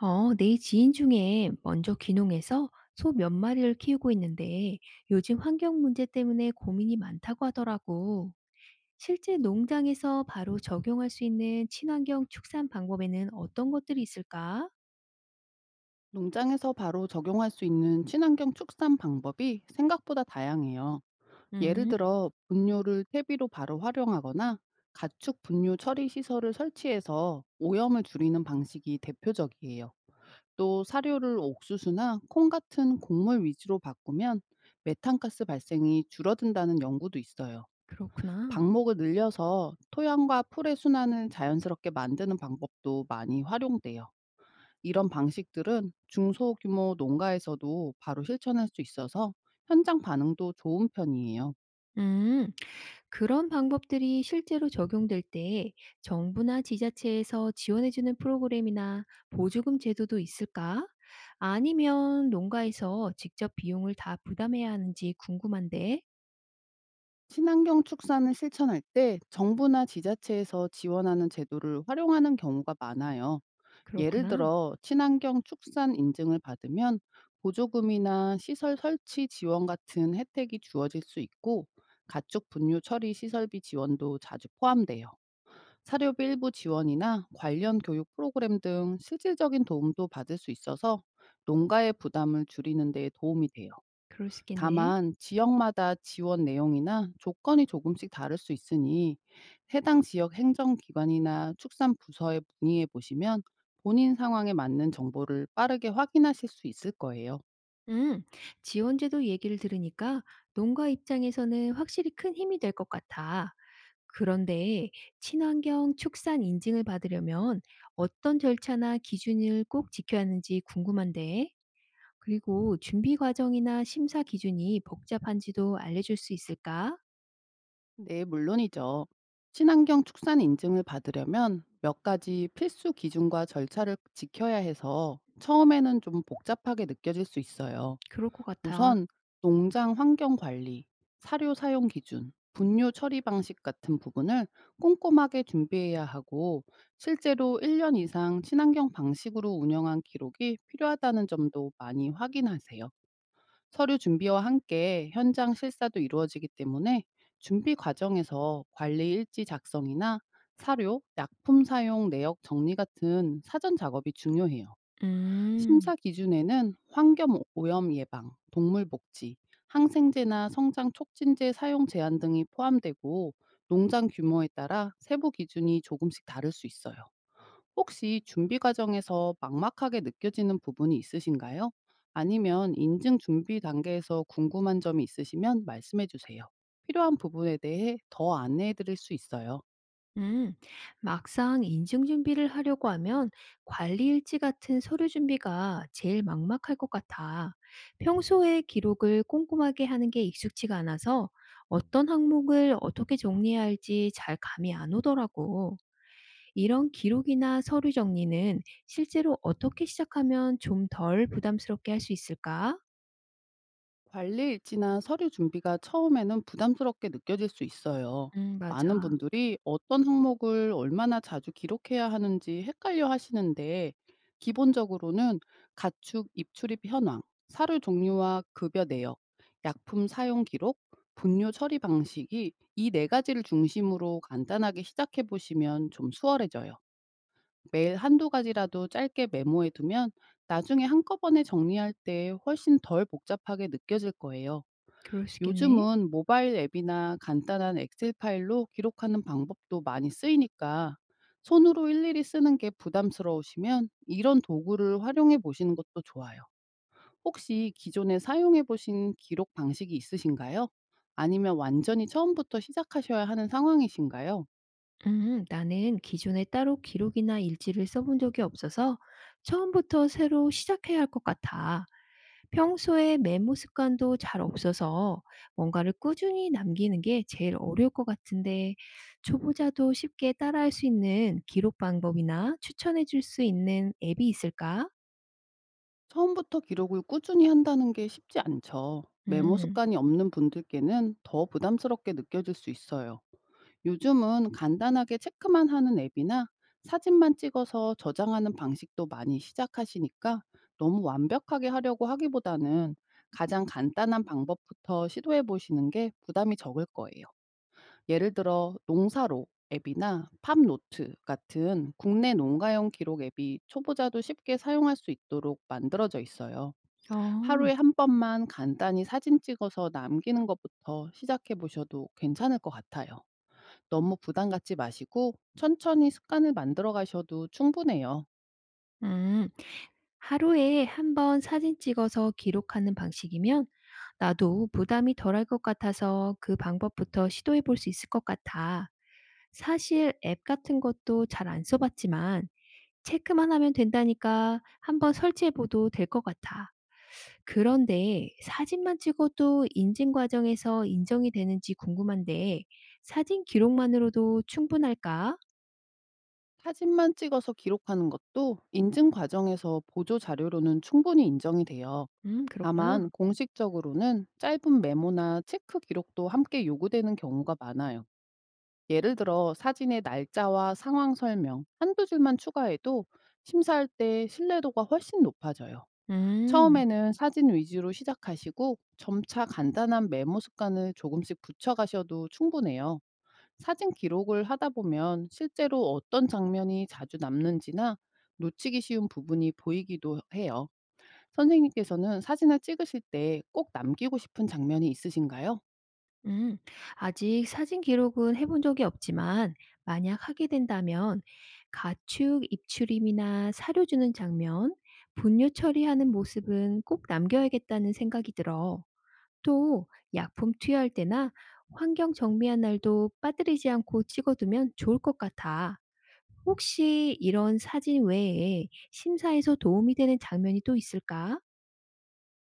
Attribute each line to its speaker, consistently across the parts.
Speaker 1: 내 지인 중에 먼저 귀농해서 소 몇 마리를 키우고 있는데 요즘 환경 문제 때문에 고민이 많다고 하더라고. 실제 농장에서 바로 적용할 수 있는 친환경 축산 방법에는 어떤 것들이 있을까?
Speaker 2: 농장에서 바로 적용할 수 있는 친환경 축산 방법이 생각보다 다양해요. 예를
Speaker 1: 음,
Speaker 2: 들어 분뇨를 퇴비로 바로 활용하거나 가축 분뇨 처리 시설을 설치해서 오염을 줄이는 방식이 대표적이에요. 또 사료를 옥수수나 콩 같은 곡물 위주로 바꾸면 메탄가스 발생이 줄어든다는 연구도 있어요.
Speaker 1: 그렇구나.
Speaker 2: 방목을 늘려서 토양과 풀의 순환을 자연스럽게 만드는 방법도 많이 활용돼요. 이런 방식들은 중소규모 농가에서도 바로 실천할 수 있어서 현장 반응도 좋은 편이에요.
Speaker 1: 음. 그런 방법들이 실제로 적용될 때 정부나 지자체에서 지원해주는 프로그램이나 보조금 제도도 있을까? 아니면 농가에서 직접 비용을 다 부담해야 하는지 궁금한데.
Speaker 2: 친환경 축산을 실천할 때 정부나 지자체에서 지원하는 제도를 활용하는 경우가 많아요. 예를
Speaker 1: 그렇구나.
Speaker 2: 들어 친환경 축산 인증을 받으면 보조금이나 시설 설치 지원 같은 혜택이 주어질 수 있고 가축 분뇨 처리 시설비 지원도 자주 포함돼요. 사료비 일부 지원이나 관련 교육 프로그램 등 실질적인 도움도 받을 수 있어서 농가의 부담을 줄이는 데 도움이 돼요.
Speaker 1: 그럴 수 있겠네.
Speaker 2: 다만 지역마다 지원 내용이나 조건이 조금씩 다를 수 있으니 해당 지역 행정기관이나 축산부서에 문의해 보시면 본인 상황에 맞는 정보를 빠르게 확인하실 수 있을 거예요.
Speaker 1: 음, 지원제도 얘기를 들으니까 농가 입장에서는 확실히 큰 힘이 될 것 같아. 그런데 친환경 축산 인증을 받으려면 어떤 절차나 기준을 꼭 지켜야 하는지 궁금한데. 그리고 준비 과정이나 심사 기준이 복잡한지도 알려줄 수 있을까?
Speaker 2: 네, 물론이죠. 친환경 축산 인증을 받으려면 몇 가지 필수 기준과 절차를 지켜야 해서 처음에는 좀 복잡하게 느껴질 수 있어요.
Speaker 1: 그럴 것 같아.
Speaker 2: 우선 농장 환경 관리, 사료 사용 기준, 분뇨 처리 방식 같은 부분을 꼼꼼하게 준비해야 하고, 실제로 1년 이상 친환경 방식으로 운영한 기록이 필요하다는 점도 많이 확인하세요. 서류 준비와 함께 현장 실사도 이루어지기 때문에 준비 과정에서 관리 일지 작성이나 사료, 약품 사용 내역 정리 같은 사전 작업이 중요해요. 심사
Speaker 1: 음,
Speaker 2: 기준에는 환경 오염 예방, 동물 복지, 항생제나 성장 촉진제 사용 제한 등이 포함되고 농장 규모에 따라 세부 기준이 조금씩 다를 수 있어요. 혹시 준비 과정에서 막막하게 느껴지는 부분이 있으신가요? 아니면 인증 준비 단계에서 궁금한 점이 있으시면 말씀해 주세요. 필요한 부분에 대해 더 안내해 드릴 수 있어요.
Speaker 1: 음. 막상 인증 준비를 하려고 하면 관리 일지 같은 서류 준비가 제일 막막할 것 같아. 평소에 기록을 꼼꼼하게 하는 게 익숙지가 않아서 어떤 항목을 어떻게 정리해야 할지 잘 감이 안 오더라고. 이런 기록이나 서류 정리는 실제로 어떻게 시작하면 좀 덜 부담스럽게 할 수 있을까?
Speaker 2: 관리 일지나 서류 준비가 처음에는 부담스럽게 느껴질 수 있어요.
Speaker 1: 맞아.
Speaker 2: 많은 분들이 어떤 항목을 얼마나 자주 기록해야 하는지 헷갈려 하시는데, 기본적으로는 가축 입출입 현황, 사료 종류와 급여 내역, 약품 사용 기록, 분뇨 처리 방식이 이 네 가지를 중심으로 간단하게 시작해 보시면 좀 수월해져요. 매일 한두 가지라도 짧게 메모해 두면 나중에 한꺼번에 정리할 때 훨씬 덜 복잡하게 느껴질 거예요.
Speaker 1: 그럴 수 있겠네.
Speaker 2: 요즘은 모바일 앱이나 간단한 엑셀 파일로 기록하는 방법도 많이 쓰이니까 손으로 일일이 쓰는 게 부담스러우시면 이런 도구를 활용해 보시는 것도 좋아요. 혹시 기존에 사용해 보신 기록 방식이 있으신가요? 아니면 완전히 처음부터 시작하셔야 하는 상황이신가요?
Speaker 1: 나는 기존에 따로 기록이나 일지를 써본 적이 없어서 처음부터 새로 시작해야 할 것 같아. 평소에 메모 습관도 잘 없어서 뭔가를 꾸준히 남기는 게 제일 어려울 것 같은데 초보자도 쉽게 따라할 수 있는 기록 방법이나 추천해 줄 수 있는 앱이 있을까?
Speaker 2: 처음부터 기록을 꾸준히 한다는 게 쉽지 않죠. 메모
Speaker 1: 음.
Speaker 2: 습관이 없는 분들께는 더 부담스럽게 느껴질 수 있어요. 요즘은 간단하게 체크만 하는 앱이나 사진만 찍어서 저장하는 방식도 많이 시작하시니까 너무 완벽하게 하려고 하기보다는 가장 간단한 방법부터 시도해 보시는 게 부담이 적을 거예요. 예를 들어 농사로 앱이나 팝노트 같은 국내 농가용 기록 앱이 초보자도 쉽게 사용할 수 있도록 만들어져 있어요.
Speaker 1: 어.
Speaker 2: 하루에 한 번만 간단히 사진 찍어서 남기는 것부터 시작해 보셔도 괜찮을 것 같아요. 너무 부담 갖지 마시고 천천히 습관을 만들어 가셔도 충분해요.
Speaker 1: 음. 하루에 한 번 사진 찍어서 기록하는 방식이면 나도 부담이 덜할 것 같아서 그 방법부터 시도해 볼 수 있을 것 같아. 사실 앱 같은 것도 잘 안 써봤지만 체크만 하면 된다니까 한번 설치해 봐도 될 것 같아. 그런데 사진만 찍어도 인증 과정에서 인정이 되는지 궁금한데 사진 기록만으로도 충분할까?
Speaker 2: 사진만 찍어서 기록하는 것도 인증 과정에서 보조 자료로는 충분히 인정이 돼요.
Speaker 1: 그렇구나.
Speaker 2: 다만 공식적으로는 짧은 메모나 체크 기록도 함께 요구되는 경우가 많아요. 예를 들어 사진의 날짜와 상황 설명 한두 줄만 추가해도 심사할 때 신뢰도가 훨씬 높아져요.
Speaker 1: 음.
Speaker 2: 처음에는 사진 위주로 시작하시고 점차 간단한 메모 습관을 조금씩 붙여가셔도 충분해요. 사진 기록을 하다 보면 실제로 어떤 장면이 자주 남는지나 놓치기 쉬운 부분이 보이기도 해요. 선생님께서는 사진을 찍으실 때 꼭 남기고 싶은 장면이 있으신가요?
Speaker 1: 음, 아직 사진 기록은 해본 적이 없지만, 만약 하게 된다면, 가축 입출임이나 사료 주는 장면, 분뇨 처리하는 모습은 꼭 남겨야겠다는 생각이 들어. 또, 약품 투여할 때나 환경 정비한 날도 빠뜨리지 않고 찍어두면 좋을 것 같아. 혹시 이런 사진 외에 심사에서 도움이 되는 장면이 또 있을까?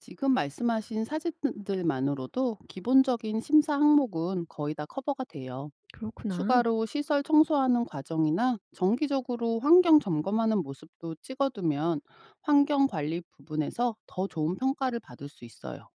Speaker 2: 지금 말씀하신 사진들만으로도 기본적인 심사 항목은 거의 다 커버가 돼요.
Speaker 1: 그렇구나.
Speaker 2: 추가로 시설 청소하는 과정이나 정기적으로 환경 점검하는 모습도 찍어두면 환경 관리 부분에서 더 좋은 평가를 받을 수 있어요.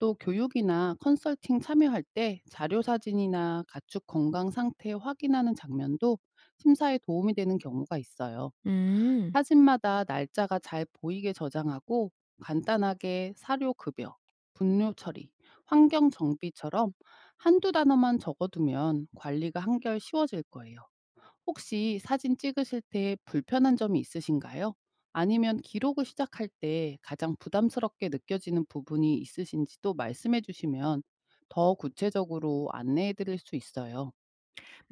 Speaker 2: 또 교육이나 컨설팅 참여할 때 자료 사진이나 가축 건강 상태 확인하는 장면도 심사에 도움이 되는 경우가 있어요.
Speaker 1: 음.
Speaker 2: 사진마다 날짜가 잘 보이게 저장하고 간단하게 사료 급여, 분뇨 처리, 환경 정비처럼 한두 단어만 적어두면 관리가 한결 쉬워질 거예요. 혹시 사진 찍으실 때 불편한 점이 있으신가요? 아니면 기록을 시작할 때 가장 부담스럽게 느껴지는 부분이 있으신지도 말씀해 주시면 더 구체적으로 안내해 드릴 수 있어요.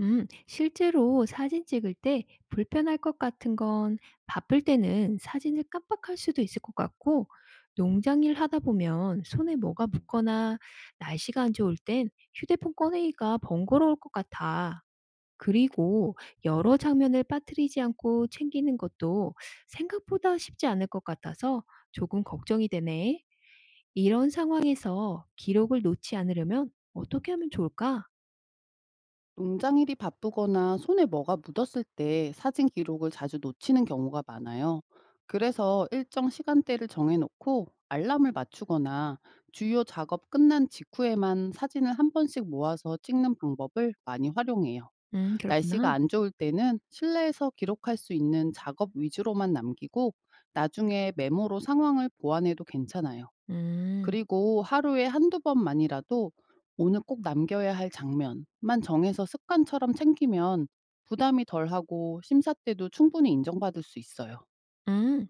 Speaker 1: 실제로 사진 찍을 때 불편할 것 같은 건 바쁠 때는 사진을 깜빡할 수도 있을 것 같고, 농장 일 하다 보면 손에 뭐가 묻거나 날씨가 안 좋을 땐 휴대폰 꺼내기가 번거로울 것 같아. 그리고 여러 장면을 빠뜨리지 않고 챙기는 것도 생각보다 쉽지 않을 것 같아서 조금 걱정이 되네. 이런 상황에서 기록을 놓지 않으려면 어떻게 하면 좋을까?
Speaker 2: 농장일이 바쁘거나 손에 뭐가 묻었을 때 사진 기록을 자주 놓치는 경우가 많아요. 그래서 일정 시간대를 정해놓고 알람을 맞추거나 주요 작업 끝난 직후에만 사진을 한 번씩 모아서 찍는 방법을 많이 활용해요. 날씨가
Speaker 1: 그렇구나.
Speaker 2: 안 좋을 때는 실내에서 기록할 수 있는 작업 위주로만 남기고 나중에 메모로 상황을 보완해도 괜찮아요.
Speaker 1: 음.
Speaker 2: 그리고 하루에 한두 번만이라도 '오늘 꼭 남겨야 할 장면만.' 정해서 습관처럼 챙기면 부담이 덜하고 심사 때도 충분히 인정받을 수 있어요.
Speaker 1: 음,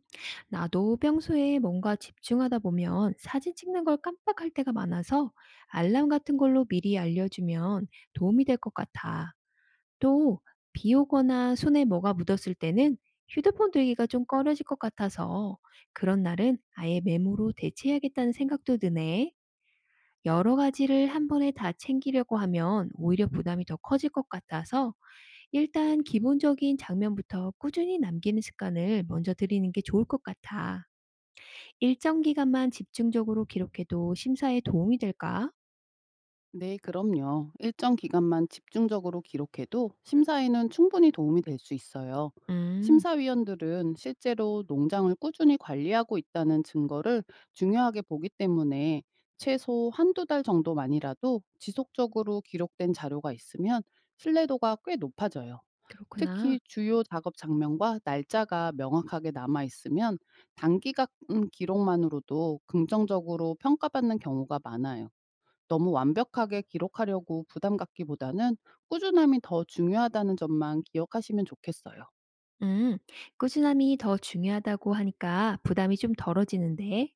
Speaker 1: 나도 평소에 뭔가 집중하다 보면 사진 찍는 걸 깜빡할 때가 많아서 알람 같은 걸로 미리 알려주면 도움이 될 것 같아. 또, 비 오거나 손에 뭐가 묻었을 때는 휴대폰 들기가 좀 꺼려질 것 같아서 그런 날은 아예 메모로 대체해야겠다는 생각도 드네. 여러 가지를 한 번에 다 챙기려고 하면 오히려 부담이 더 커질 것 같아서 일단 기본적인 장면부터 꾸준히 남기는 습관을 먼저 들이는 게 좋을 것 같아. 일정 기간만 집중적으로 기록해도 심사에 도움이 될까?
Speaker 2: 네, 그럼요. 일정 기간만 집중적으로 기록해도 심사에는 충분히 도움이 될 수 있어요.
Speaker 1: 음,
Speaker 2: 심사위원들은 실제로 농장을 꾸준히 관리하고 있다는 증거를 중요하게 보기 때문에 최소 한두 달 정도만이라도 지속적으로 기록된 자료가 있으면 신뢰도가 꽤 높아져요.
Speaker 1: 그렇구나.
Speaker 2: 특히 주요 작업 장면과 날짜가 명확하게 남아 있으면 단기간 기록만으로도 긍정적으로 평가받는 경우가 많아요. 너무 완벽하게 기록하려고 부담 갖기보다는 꾸준함이 더 중요하다는 점만 기억하시면 좋겠어요.
Speaker 1: 음, 꾸준함이 더 중요하다고 하니까 부담이 좀 덜어지는데,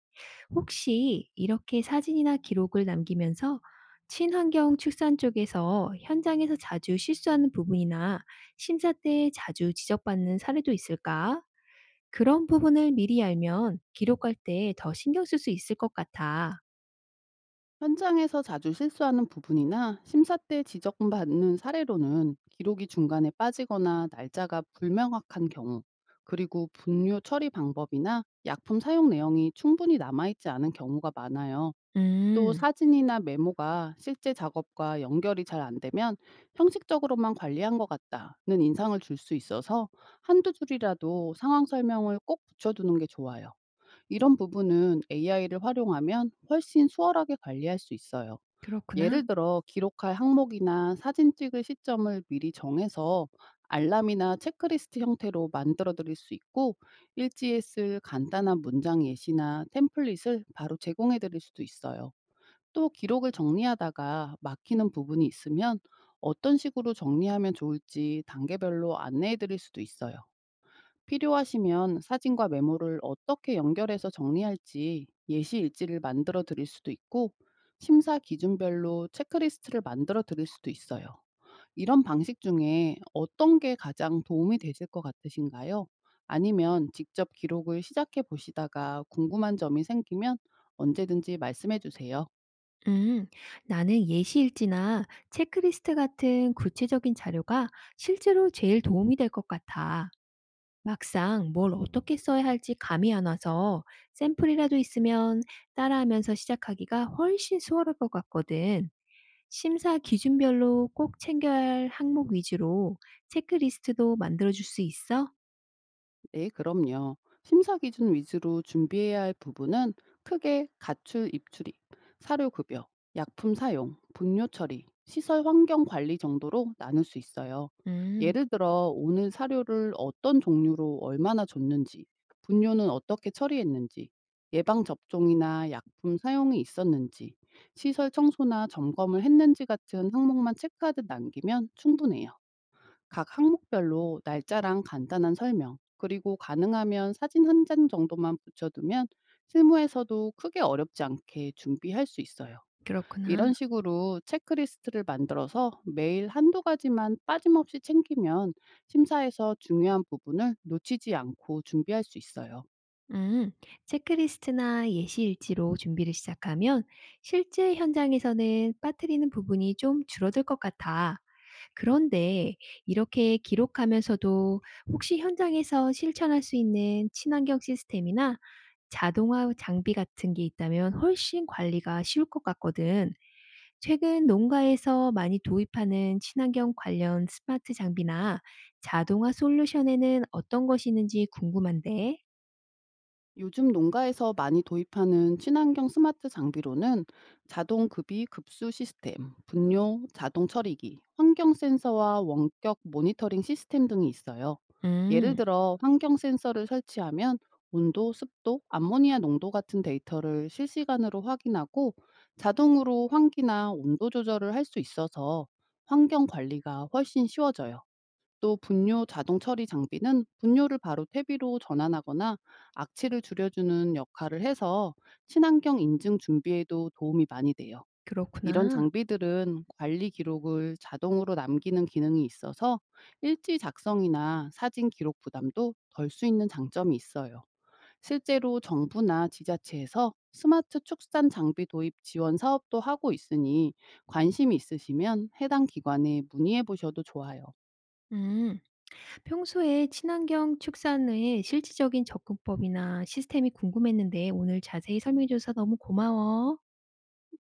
Speaker 1: 혹시 이렇게 사진이나 기록을 남기면서 친환경 축산 쪽에서 현장에서 자주 실수하는 부분이나 심사 때 자주 지적받는 사례도 있을까? 그런 부분을 미리 알면 기록할 때 더 신경 쓸 수 있을 것 같아.
Speaker 2: 현장에서 자주 실수하는 부분이나 심사 때 지적받는 사례로는 기록이 중간에 빠지거나 날짜가 불명확한 경우, 그리고 분류 처리 방법이나 약품 사용 내용이 충분히 남아있지 않은 경우가 많아요. 또
Speaker 1: 음,
Speaker 2: 사진이나 메모가 실제 작업과 연결이 잘 안 되면 형식적으로만 관리한 것 같다는 인상을 줄 수 있어서 한두 줄이라도 상황 설명을 꼭 붙여두는 게 좋아요. 이런 부분은 AI를 활용하면 훨씬 수월하게 관리할 수 있어요.
Speaker 1: 그렇구나.
Speaker 2: 예를 들어 기록할 항목이나 사진 찍을 시점을 미리 정해서 알람이나 체크리스트 형태로 만들어 드릴 수 있고, 일지에 쓸 간단한 문장 예시나 템플릿을 바로 제공해 드릴 수도 있어요. 또 기록을 정리하다가 막히는 부분이 있으면 어떤 식으로 정리하면 좋을지 단계별로 안내해 드릴 수도 있어요. 필요하시면 사진과 메모를 어떻게 연결해서 정리할지 예시 일지를 만들어 드릴 수도 있고, 심사 기준별로 체크리스트를 만들어 드릴 수도 있어요. 이런 방식 중에 어떤 게 가장 도움이 되실 것 같으신가요? 아니면 직접 기록을 시작해 보시다가 궁금한 점이 생기면 언제든지 말씀해 주세요.
Speaker 1: 음, 나는 예시일지나 체크리스트 같은 구체적인 자료가 실제로 제일 도움이 될 것 같아. 막상 뭘 어떻게 써야 할지 감이 안 와서 샘플이라도 있으면 따라하면서 시작하기가 훨씬 수월할 것 같거든. 심사 기준별로 꼭 챙겨야 할 항목 위주로 체크리스트도 만들어줄 수 있어?
Speaker 2: 네, 그럼요. 심사 기준 위주로 준비해야 할 부분은 크게 가출 입출입, 사료 급여, 약품 사용, 분뇨 처리, 시설 환경 관리 정도로 나눌 수 있어요.
Speaker 1: 음,
Speaker 2: 예를 들어 오늘 사료를 어떤 종류로 얼마나 줬는지, 분뇨는 어떻게 처리했는지, 예방 접종이나 약품 사용이 있었는지, 시설 청소나 점검을 했는지 같은 항목만 체크하듯 남기면 충분해요. 각 항목별로 날짜랑 간단한 설명, 그리고 가능하면 사진 한 장 정도만 붙여두면 실무에서도 크게 어렵지 않게 준비할 수 있어요.
Speaker 1: 그렇구나.
Speaker 2: 이런 식으로 체크리스트를 만들어서 매일 한두 가지만 빠짐없이 챙기면 심사에서 중요한 부분을 놓치지 않고 준비할 수 있어요.
Speaker 1: 음, 체크리스트나 예시일지로 준비를 시작하면 실제 현장에서는 빠뜨리는 부분이 좀 줄어들 것 같아. 그런데 이렇게 기록하면서도 혹시 현장에서 실천할 수 있는 친환경 시스템이나 자동화 장비 같은 게 있다면 훨씬 관리가 쉬울 것 같거든. 최근 농가에서 많이 도입하는 친환경 관련 스마트 장비나 자동화 솔루션에는 어떤 것이 있는지 궁금한데.
Speaker 2: 요즘 농가에서 많이 도입하는 친환경 스마트 장비로는 자동 급이 급수 시스템, 분뇨, 자동 처리기, 환경 센서와 원격 모니터링 시스템 등이 있어요. 예를
Speaker 1: 음.
Speaker 2: 들어 환경 센서를 설치하면 온도, 습도, 암모니아 농도 같은 데이터를 실시간으로 확인하고 자동으로 환기나 온도 조절을 할 수 있어서 환경 관리가 훨씬 쉬워져요. 또 분뇨 자동 처리 장비는 분뇨를 바로 퇴비로 전환하거나 악취를 줄여주는 역할을 해서 친환경 인증 준비에도 도움이 많이 돼요. 이런
Speaker 1: 그렇구나.
Speaker 2: 장비들은 관리 기록을 자동으로 남기는 기능이 있어서 일지 작성이나 사진 기록 부담도 덜 수 있는 장점이 있어요. 실제로 정부나 지자체에서 스마트 축산 장비 도입 지원 사업도 하고 있으니 관심 이 있으시면 해당 기관에 문의해 보셔도 좋아요.
Speaker 1: 음. 평소에 친환경 축산의 실질적인 접근법이나 시스템이 궁금했는데 오늘 자세히 설명해 줘서 너무 고마워.
Speaker 2: 네.